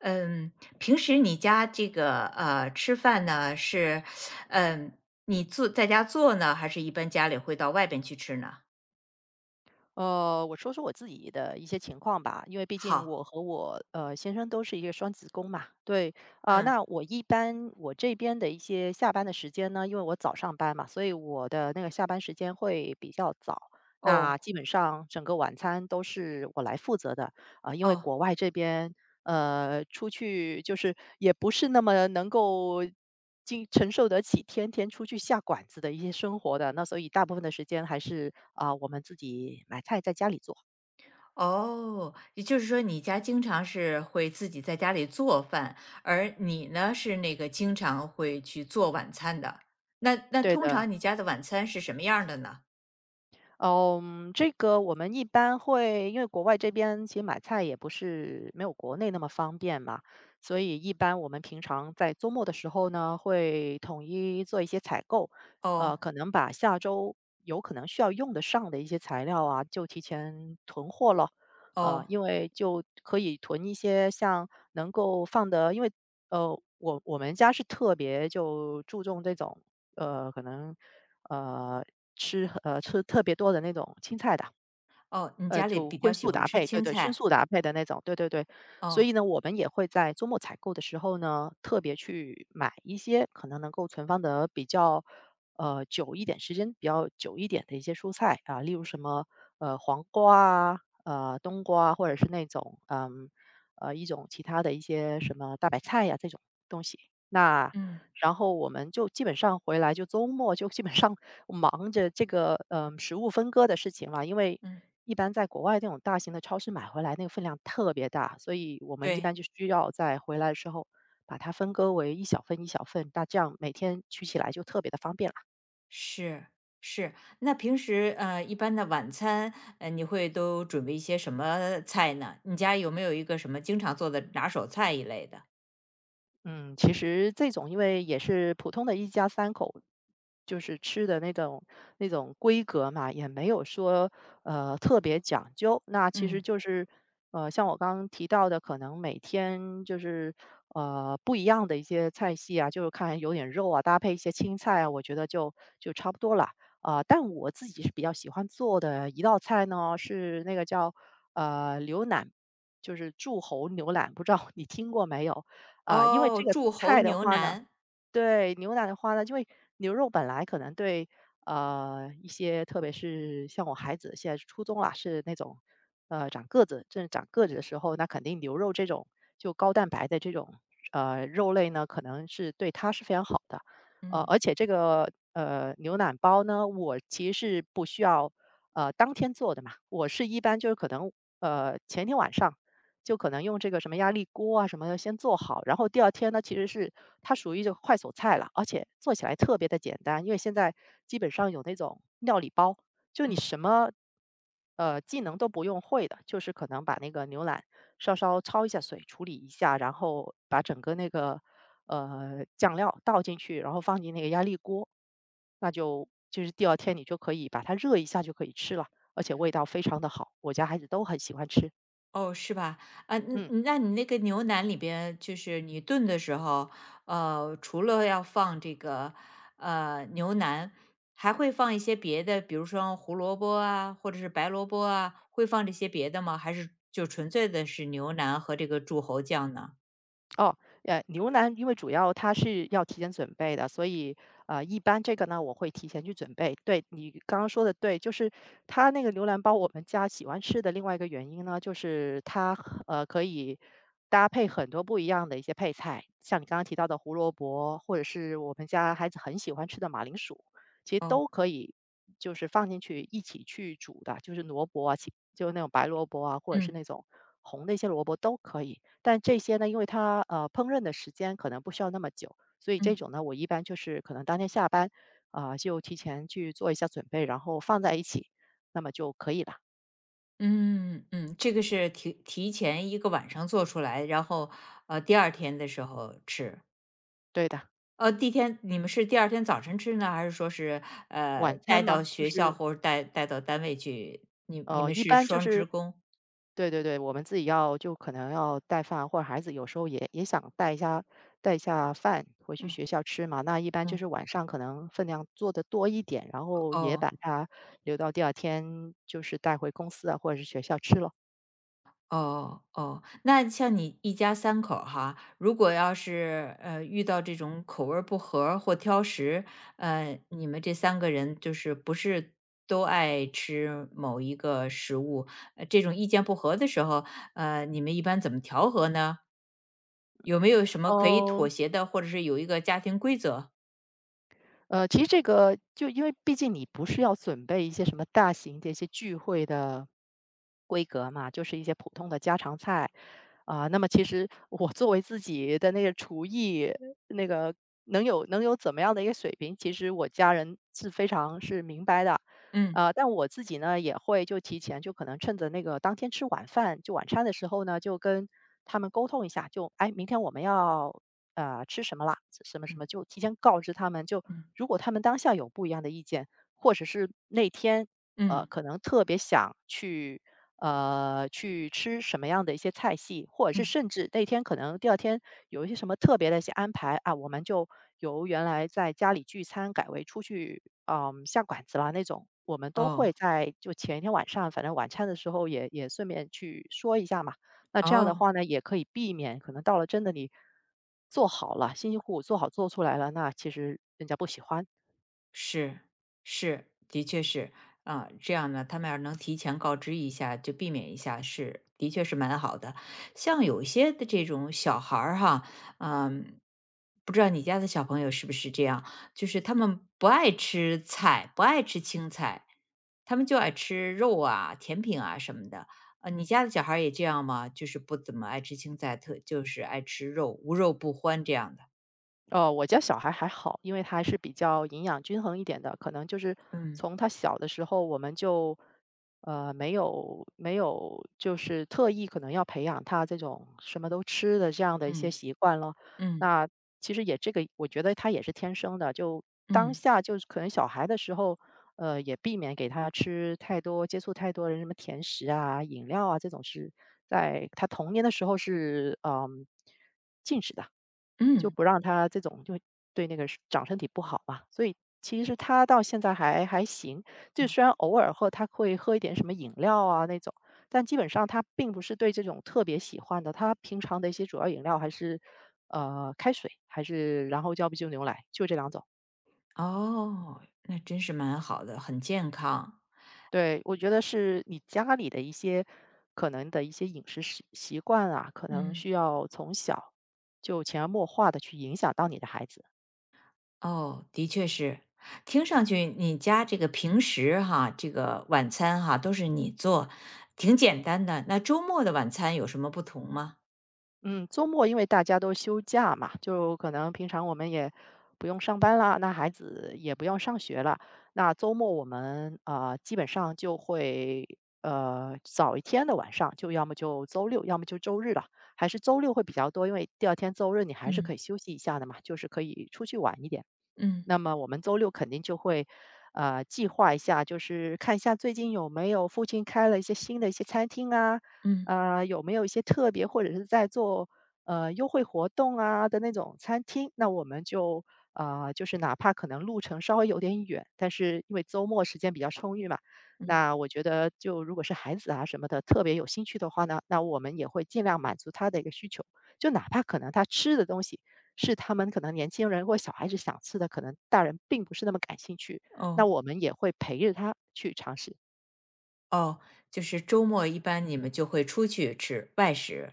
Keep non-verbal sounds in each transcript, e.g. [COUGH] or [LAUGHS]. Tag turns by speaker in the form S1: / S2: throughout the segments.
S1: 嗯，平时你家这个吃饭呢是，嗯，你做在家做呢，还是一般家里会到外边去吃呢？
S2: 我说说我自己的一些情况吧，因为毕竟我
S1: 好，
S2: 和我先生都是一个双子宫嘛，对。
S1: 嗯，
S2: 那我一般我这边的一些下班的时间呢，因为我早上班嘛，所以我的那个下班时间会比较早。那
S1: 哦
S2: 基本上整个晚餐都是我来负责的。因为
S1: 哦
S2: 国外这边出去就是也不是那么能够经承受得起天天出去下馆子的一些生活的，那所以大部分的时间还是我们自己买菜在家里做。
S1: 哦，也就是说你家经常是会自己在家里做饭，而你呢是那个经常会去做晚餐的。那
S2: 对
S1: 通
S2: 的。
S1: 常你家的晚餐是什么样儿的呢？
S2: 嗯，这个我们一般会因为国外这边其实买菜也不是没有国内那么方便嘛，所以一般我们平常在周末的时候呢，会统一做一些采购，
S1: 哦
S2: 可能把下周有可能需要用得上的一些材料啊，就提前囤货了。
S1: 哦
S2: 因为就可以囤一些像能够放的，因为我们家是特别就注重这种呃，可能。呃，吃特别多的那种青菜的。
S1: 哦，你家里
S2: 就
S1: 比
S2: 荤
S1: 较喜
S2: 素
S1: 欢
S2: 搭
S1: 吃
S2: 配，对
S1: 青
S2: 对，荤
S1: 菜。
S2: 素搭配的那种，对对对。所
S1: 哦，
S2: 以呢，我们也会在周末采购的时候呢，特别去买一些可能能够存放的比较，久一点，时间比较久一点的一些蔬菜啊，例如什么黄瓜啊，冬瓜啊或者是那种一种其他的一些什么大白菜呀、这种东西。那
S1: 嗯
S2: 然后我们就基本上回来就周末就基本上 [LAUGHS] 忙着这个食物分割的事情了，因为
S1: 嗯，
S2: 一般在国外那种大型的超市买回来，那个分量特别大，所以我们一
S1: 对。
S2: 般就需要在回来的时候把它分割为一小份一小份，那这样每天取起来就特别的方便了。
S1: 是是，那平时一般的晚餐，你会都准备一些什么菜呢？你家有没有一个什么经常做的拿手菜一类的？
S2: 嗯，其实这种因为也是普通的一家三口，就是吃的那种规格嘛，也没有说特别讲究。那其实
S1: 嗯，
S2: 就是像我刚刚提到的，可能每天就是不一样的一些菜系啊，就是看有点肉啊，搭配一些青菜啊，我觉得就差不多了。但我自己是比较喜欢做的一道菜呢，是那个叫牛腩，就是柱侯牛腩，不知道你听过没有？因为
S1: 哦，
S2: 这个
S1: 柱侯
S2: 菜的
S1: 牛
S2: 话呢
S1: 腩，
S2: 对，牛奶的话呢，因为牛肉本来可能对，一些特别是像我孩子现在是初中啦，是那种，长个子，正长个子的时候，那肯定牛肉这种就高蛋白的这种，肉类呢，可能是对他是非常好的。
S1: 嗯
S2: 而且这个，牛奶包呢，我其实是不需要，当天做的嘛，我是一般就是可能，前一天晚上就可能用这个什么压力锅啊什么的先做好，然后第二天呢，其实是它属于就快手菜了，而且做起来特别的简单，因为现在基本上有那种料理包，就你
S1: 嗯。
S2: 什么技能都不用会的，就是可能把那个牛腩稍稍焯一下水，处理一下，然后把整个那个酱料倒进去，然后放进那个压力锅，那就是第二天你就可以把它热一下就可以吃了，而且味道非常的好，我家孩子都很喜欢吃。
S1: 哦，是吧？啊，
S2: 嗯。
S1: 那你那个牛腩里边，就是你炖的时候，除了要放这个牛腩，还会放一些别的，比如说胡萝卜啊，或者是白萝卜啊，会放这些别的吗？还是就纯粹的是牛腩和这个柱侯酱呢？
S2: 哦。牛腩因为主要它是要提前准备的，所以一般这个呢，我会提前去准备。对你刚刚说的对，就是它那个牛腩包，我们家喜欢吃的另外一个原因呢，就是它很可以搭配很多不一样的一些配菜，像你刚刚提到的胡萝卜，或者是我们家孩子很喜欢吃的马铃薯，其实
S1: 哦，
S2: 都可以就是放进去一起去煮的，就是萝卜啊，其就那种白萝卜啊，或者是
S1: 嗯
S2: 那种红的一些萝卜都可以。但这些呢，因为它烹饪的时间可能不需要那么久，所以这
S1: 嗯
S2: 种呢，我一般就是可能当天下班就提前去做一下准备，然后放在一起，那么就可以了。
S1: 嗯嗯，这个是提前一个晚上做出来，然后第二天的时候吃。
S2: 对的。
S1: 第一天你们是第二天早晨吃呢，还是说是，
S2: 晚餐
S1: 带到
S2: 嘛，就
S1: 学校
S2: 是
S1: 或者带到单位去？你你们
S2: 一
S1: 是
S2: 般就
S1: 双职
S2: 是
S1: 工？
S2: 对对对，我们自己要就可能要带饭，或者孩子有时候也想带一下饭回去
S1: 嗯，
S2: 学校吃嘛。那一般就
S1: 嗯，
S2: 是晚上可能分量做的多一点，然后也
S1: 哦，
S2: 把它留到第二天就是带回公司啊或者是学校吃了。
S1: 哦，哦。那像你一家三口儿哈，如果要是，遇到这种口味儿不合儿或挑食，你们这三个人就是不是都爱吃某一个食物，这种意见不合的时候，你们一般怎么调和呢？有没有什么可以
S2: 嗯，
S1: 妥协的，或者是有一个家庭规则？
S2: 其实这个就因为毕竟你不是要准备一些什么大型的一些聚会的规格嘛，就是一些普通的家常菜。那么其实我作为自己的那个厨艺，那个能有怎么样的一个水平，其实我家人是非常是明白的。
S1: 嗯，
S2: 但我自己呢也会就提前就可能趁着那个当天吃晚饭就晚餐的时候呢，就跟他们沟通一下，就哎，明天我们要吃什么啦，什么什
S1: 嗯，
S2: 么，就提前告知他们。就
S1: 嗯，
S2: 如果他们当下有不一样的意见，或者是那天，
S1: 嗯，
S2: 可能特别想去吃什么样的一些菜系，或者是
S1: 嗯，
S2: 甚至那天可能第二天有一些什么特别的一些安排啊，我们就由原来在家里聚餐改为出去，下馆子啦那种，我们都会
S1: 哦，
S2: 在就前一天晚上，反正晚餐的时候也顺便去说一下嘛。那这样的
S1: 哦。
S2: 话呢，也可以避免可能到了真的你做好了，辛辛苦苦做好做出来了，那其实人家不喜欢。
S1: 是是，的确是啊，这样呢，他们要是能提前告知一下，就避免一下，是的确是蛮好的。像有一些的这种小孩儿哈，嗯，不知道你家的小朋友是不是这样，就是他们不爱吃菜，不爱吃青菜，他们就爱吃肉啊、甜品啊什么的。你家的小孩儿也这样吗？就是不怎么爱吃青菜，特就是爱吃肉，无肉不欢这样的。
S2: 哦，我家小孩还好，因为他还是比较营养均衡一点的，可能就是
S1: 嗯
S2: 从他小的时候，我们就没有就是特意可能要培养他这种什么都吃的这样的一些
S1: 嗯
S2: 习惯了。
S1: 嗯
S2: 那其实也这个，我觉得他也是天生的，就当
S1: 嗯
S2: 下就是可能小孩的时候，也避免给他吃太多接触太多人什么甜食啊、饮料啊这种是在他童年的时候是禁止的。
S1: 嗯
S2: 就
S1: 嗯。
S2: 不让他这种就对那个是长身体不好嘛。所以其实他到现在还行，就虽然偶尔喝他会喝一点什么饮料啊那种，但基本上他并不是对这种特别喜欢的。他平常的一些主要饮料还是开水，还是然后要不就牛奶，就这两种。
S1: 哦，那真是蛮好的，很健康。
S2: 对，我觉得是你家里的一些可能的一些饮食习惯啊，可能需
S1: 嗯，
S2: 要从小就潜移默化的去影响到你的孩子。
S1: 哦，的确是。听上去你家这个平时哈，这个晚餐哈都是你做，挺简单的。那周末的晚餐有什么不同吗？
S2: 嗯，周末因为大家都休假嘛，就可能平常我们也不用上班啦，那孩子也不用上学了，那周末我们基本上就会早一天的晚上，就要么就周六，要么就周日了，还是周六会比较多，因为第二天周日你还是可以
S1: 嗯
S2: 休息一下的嘛，就是可以出去玩一点。
S1: 嗯
S2: 那么我们周六肯定就会，计划一下，就是看一下最近有没有附近开了一些新的一些餐厅啊，
S1: 嗯
S2: 有没有一些特别或者是在做优惠活动啊的那种餐厅，那我们就就是哪怕可能路程稍微有点远，但是因为周末时间比较充裕嘛，
S1: 嗯，嗯
S2: 那我觉得就如果是孩子啊什么的特别有兴趣的话呢，那我们也会尽量满足他的一个需求，就哪怕可能他吃的东西。是他们可能年轻人或小孩子想吃的，可能大人并不是那么感兴趣，
S1: 哦
S2: 那我们也会陪着他去尝试。
S1: 哦。就是周末一般你们就会出去吃外食。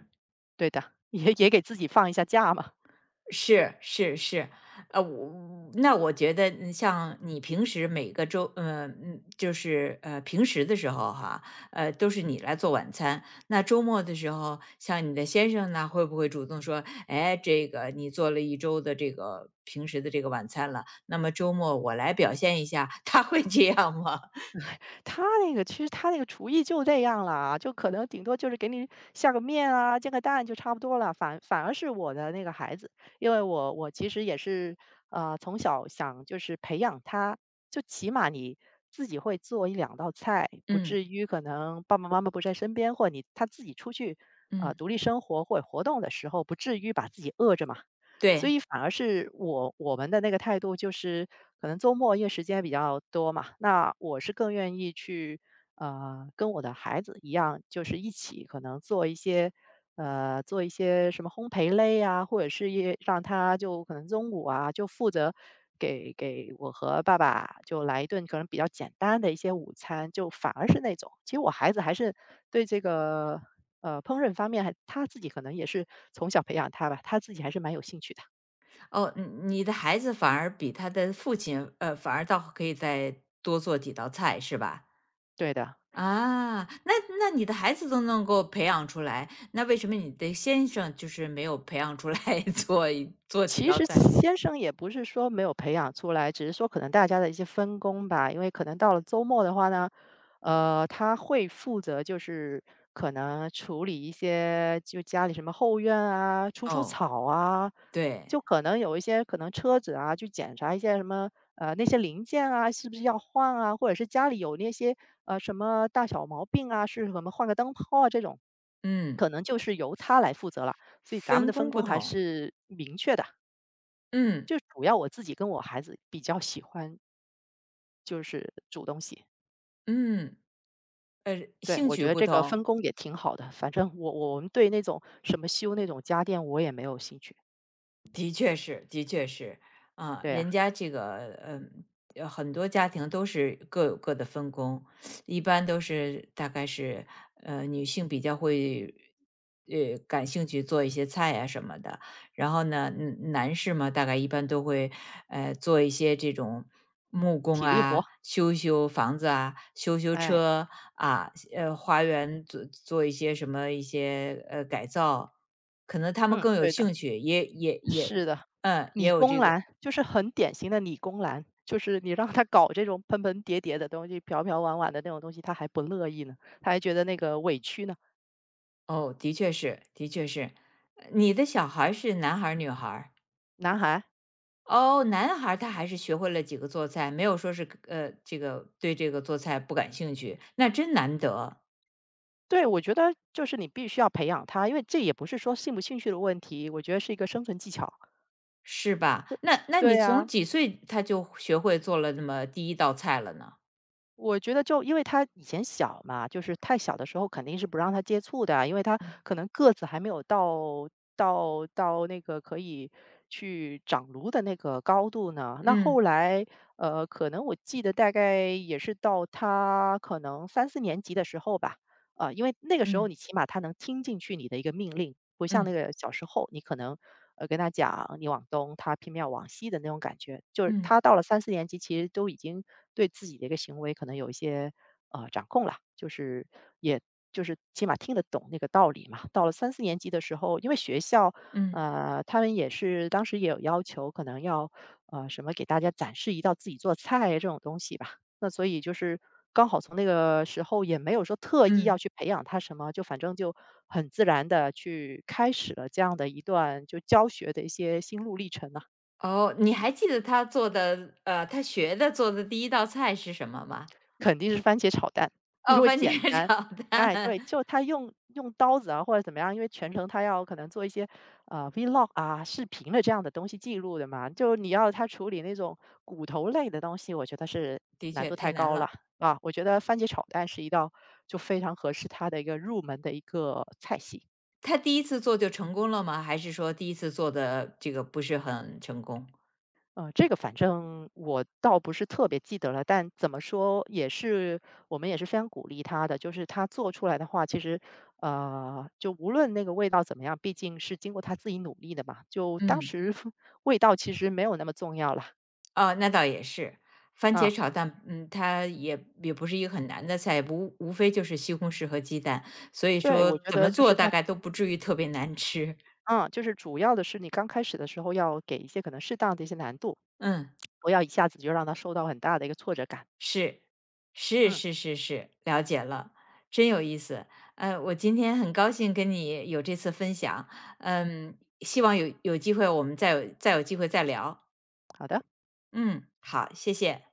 S2: 对的，[LAUGHS] 也给自己放一下假嘛。
S1: 是是是，我那我觉得像你平时每个周，就是平时的时候哈，都是你来做晚餐。那周末的时候，像你的先生呢，会不会主动说，哎，这个你做了一周的这个平时的这个晚餐了，那么周末我来表现一下，他会这样吗？[LAUGHS]
S2: 他那个其实他那个厨艺就这样啦，就可能顶多就是给你下个面啊，煎个蛋就差不多了。反而是我的那个孩子，因为我其实也是从小想就是培养他，就起码你自己会做一两道菜，不
S1: 嗯
S2: 至于可能爸爸妈妈不在身边，或者你他自己出去
S1: 嗯，
S2: 独立生活或者活动的时候，不至于把自己饿着嘛。所
S1: 对，
S2: 以反而是我们的那个态度就是，可能周末因为时间比较多嘛，那我是更愿意去，跟我的孩子一样，就是一起可能做一些，做一些什么烘焙类啊，或者是也让他就可能中午啊就负责给我和爸爸就来一顿可能比较简单的一些午餐，就反而是那种，其实我孩子还是对这个。烹饪方面还他自己可能也是从小培养他吧，他自己还是蛮有兴趣的。
S1: 哦，你的孩子反而比他的父亲，反而倒可以再多做几道菜，是吧？
S2: 对的。
S1: 啊，那你的孩子都能够培养出来，那为什么你的先生就是没有培养出来 [LAUGHS] 做一做几
S2: 其
S1: 道
S2: 实
S1: 菜？
S2: 先生也不是说没有培养出来，只是说可能大家的一些分工吧。因为可能到了周末的话呢，他会负责就是可能处理一些就家里什么后院啊、除除
S1: 哦，
S2: 草啊，
S1: 对，
S2: 就可能有一些可能车子啊去检查一些什么那些零件啊是不是要换啊，或者是家里有那些什么大小毛病啊，是什么换个灯泡啊这种，
S1: 嗯，
S2: 可能就是由他来负责了。所以咱们
S1: 分
S2: 的分
S1: 工不
S2: 工还
S1: 同，
S2: 是明确的。
S1: 嗯
S2: 就主要我自己跟我孩子比较喜欢就是煮东西，
S1: 嗯，呃，
S2: 对，
S1: 兴
S2: 我觉
S1: 趣
S2: 得
S1: 不
S2: 这个分
S1: 同，
S2: 工也挺好的。反正我们对那种什么修那种家电我也没有兴趣，
S1: 的确是，的确是，啊，
S2: 对呀，
S1: 人家这个，嗯，很多家庭都是各有各的分工，一般都是大概是，女性比较会，感兴趣做一些菜啊什么的，然后呢，男士嘛，大概一般都会，做一些这种木工
S2: 体力活，
S1: 啊，修修房子啊，修修
S2: 哎，
S1: 车啊，花园做做一些什么一些改造，可能他们
S2: 嗯，
S1: 更有
S2: 对的，
S1: 兴趣，也
S2: 是的，
S1: 嗯，也
S2: 理
S1: 有
S2: 工
S1: 这个。
S2: 男就是很典型的理工男，就是你让他搞这种盆盆叠叠的东西、瓢瓢碗碗的那种东西，他还不乐意呢，他还觉得那个委屈呢。
S1: 哦，的确是，的确是。你的小孩儿是男孩儿女孩儿。
S2: 男孩，
S1: 哦，男孩儿他还是学会了几个做菜，没有说是这个对这个做菜不感兴趣，那真难得，
S2: 对，我觉得就是你必须要培养他，因为这也不是说兴不兴趣的问题，我觉得是一个生存技巧，
S1: 是吧？那
S2: 对
S1: 你
S2: 呀。
S1: 从几岁他就学会做了那么第一道菜了呢？
S2: 我觉得就因为他以前小嘛，就是太小的时候肯定是不让他接触的啊，因为他
S1: 嗯
S2: 可能个子还没有到到那个可以去长颅的那个高度呢。那
S1: 嗯
S2: 后来，可能我记得大概也是到他可能三四年级的时候吧，因为那个时候
S1: 嗯
S2: 你起码他能听进去你的一个命令，不像那
S1: 嗯
S2: 个小时候，你可能跟他讲你往东，他偏偏要往西的那种感觉。就是
S1: 嗯
S2: 他到了三四年级，其实都已经对自己的一个行为可能有一些掌控了，就是也就是起码听得懂那个道理嘛。到了三四年级的时候，因为学校
S1: 嗯
S2: 他们也是当时也有要求，可能要什么给大家展示一道自己做菜这种东西吧。那所以就是刚好从那个时候也没有说特意要
S1: 嗯。
S2: 去培养他什么，就反正就很自然的去开始了这样的一段就教学的一些心路历程呢。
S1: 哦，你还记得他做的他学的做的第一道菜是什么吗？
S2: 肯定是番茄炒蛋，因
S1: 哦，
S2: 为
S1: 番茄
S2: 简单。
S1: 炒蛋
S2: 哎，对，就他用刀子啊，或者怎么样，因为全程他要可能做一些vlog 啊、视频的这样的东西记录的嘛，就你要他处理那种骨头类的东西，我觉得是
S1: [LAUGHS]，的
S2: 难
S1: 确
S2: 度
S1: 太
S2: 太
S1: 难
S2: 高了
S1: 了。
S2: 啊。我觉得番茄炒蛋是一道就非常合适他的一个入门的一个菜系。
S1: 他第一次做就成功了吗？还是说第一次做的这个不是很成功？
S2: 这个反正我倒不是特别记得了，但怎么说也是我们也是非常鼓励他的，就是他做出来的话，其实就无论那个味道怎么样，毕竟是经过他自己努力的嘛，就当
S1: 嗯，
S2: 时 [LAUGHS] 味道其实没有那么重要了
S1: 哦，那倒也是。番茄
S2: 啊。
S1: 炒蛋，嗯，它也不是一个很难的菜，无非就是西红柿和鸡蛋，所以
S2: 对，
S1: 说
S2: 我觉
S1: 怎
S2: 得
S1: 么
S2: 就
S1: 做
S2: 是
S1: 大
S2: 他，
S1: 概都不至于特别难吃。
S2: 嗯，就是主要的是你刚开始的时候要给一些可能适当的一些难度，
S1: 嗯。
S2: 不要一下子就让他受到很大的一个挫折感。
S1: 是，是
S2: 嗯，
S1: 是是是，了解了，真有意思。我今天很高兴跟你有这次分享，嗯，希望有机会我们再有机会再聊。
S2: 好的。
S1: 嗯，好，谢谢。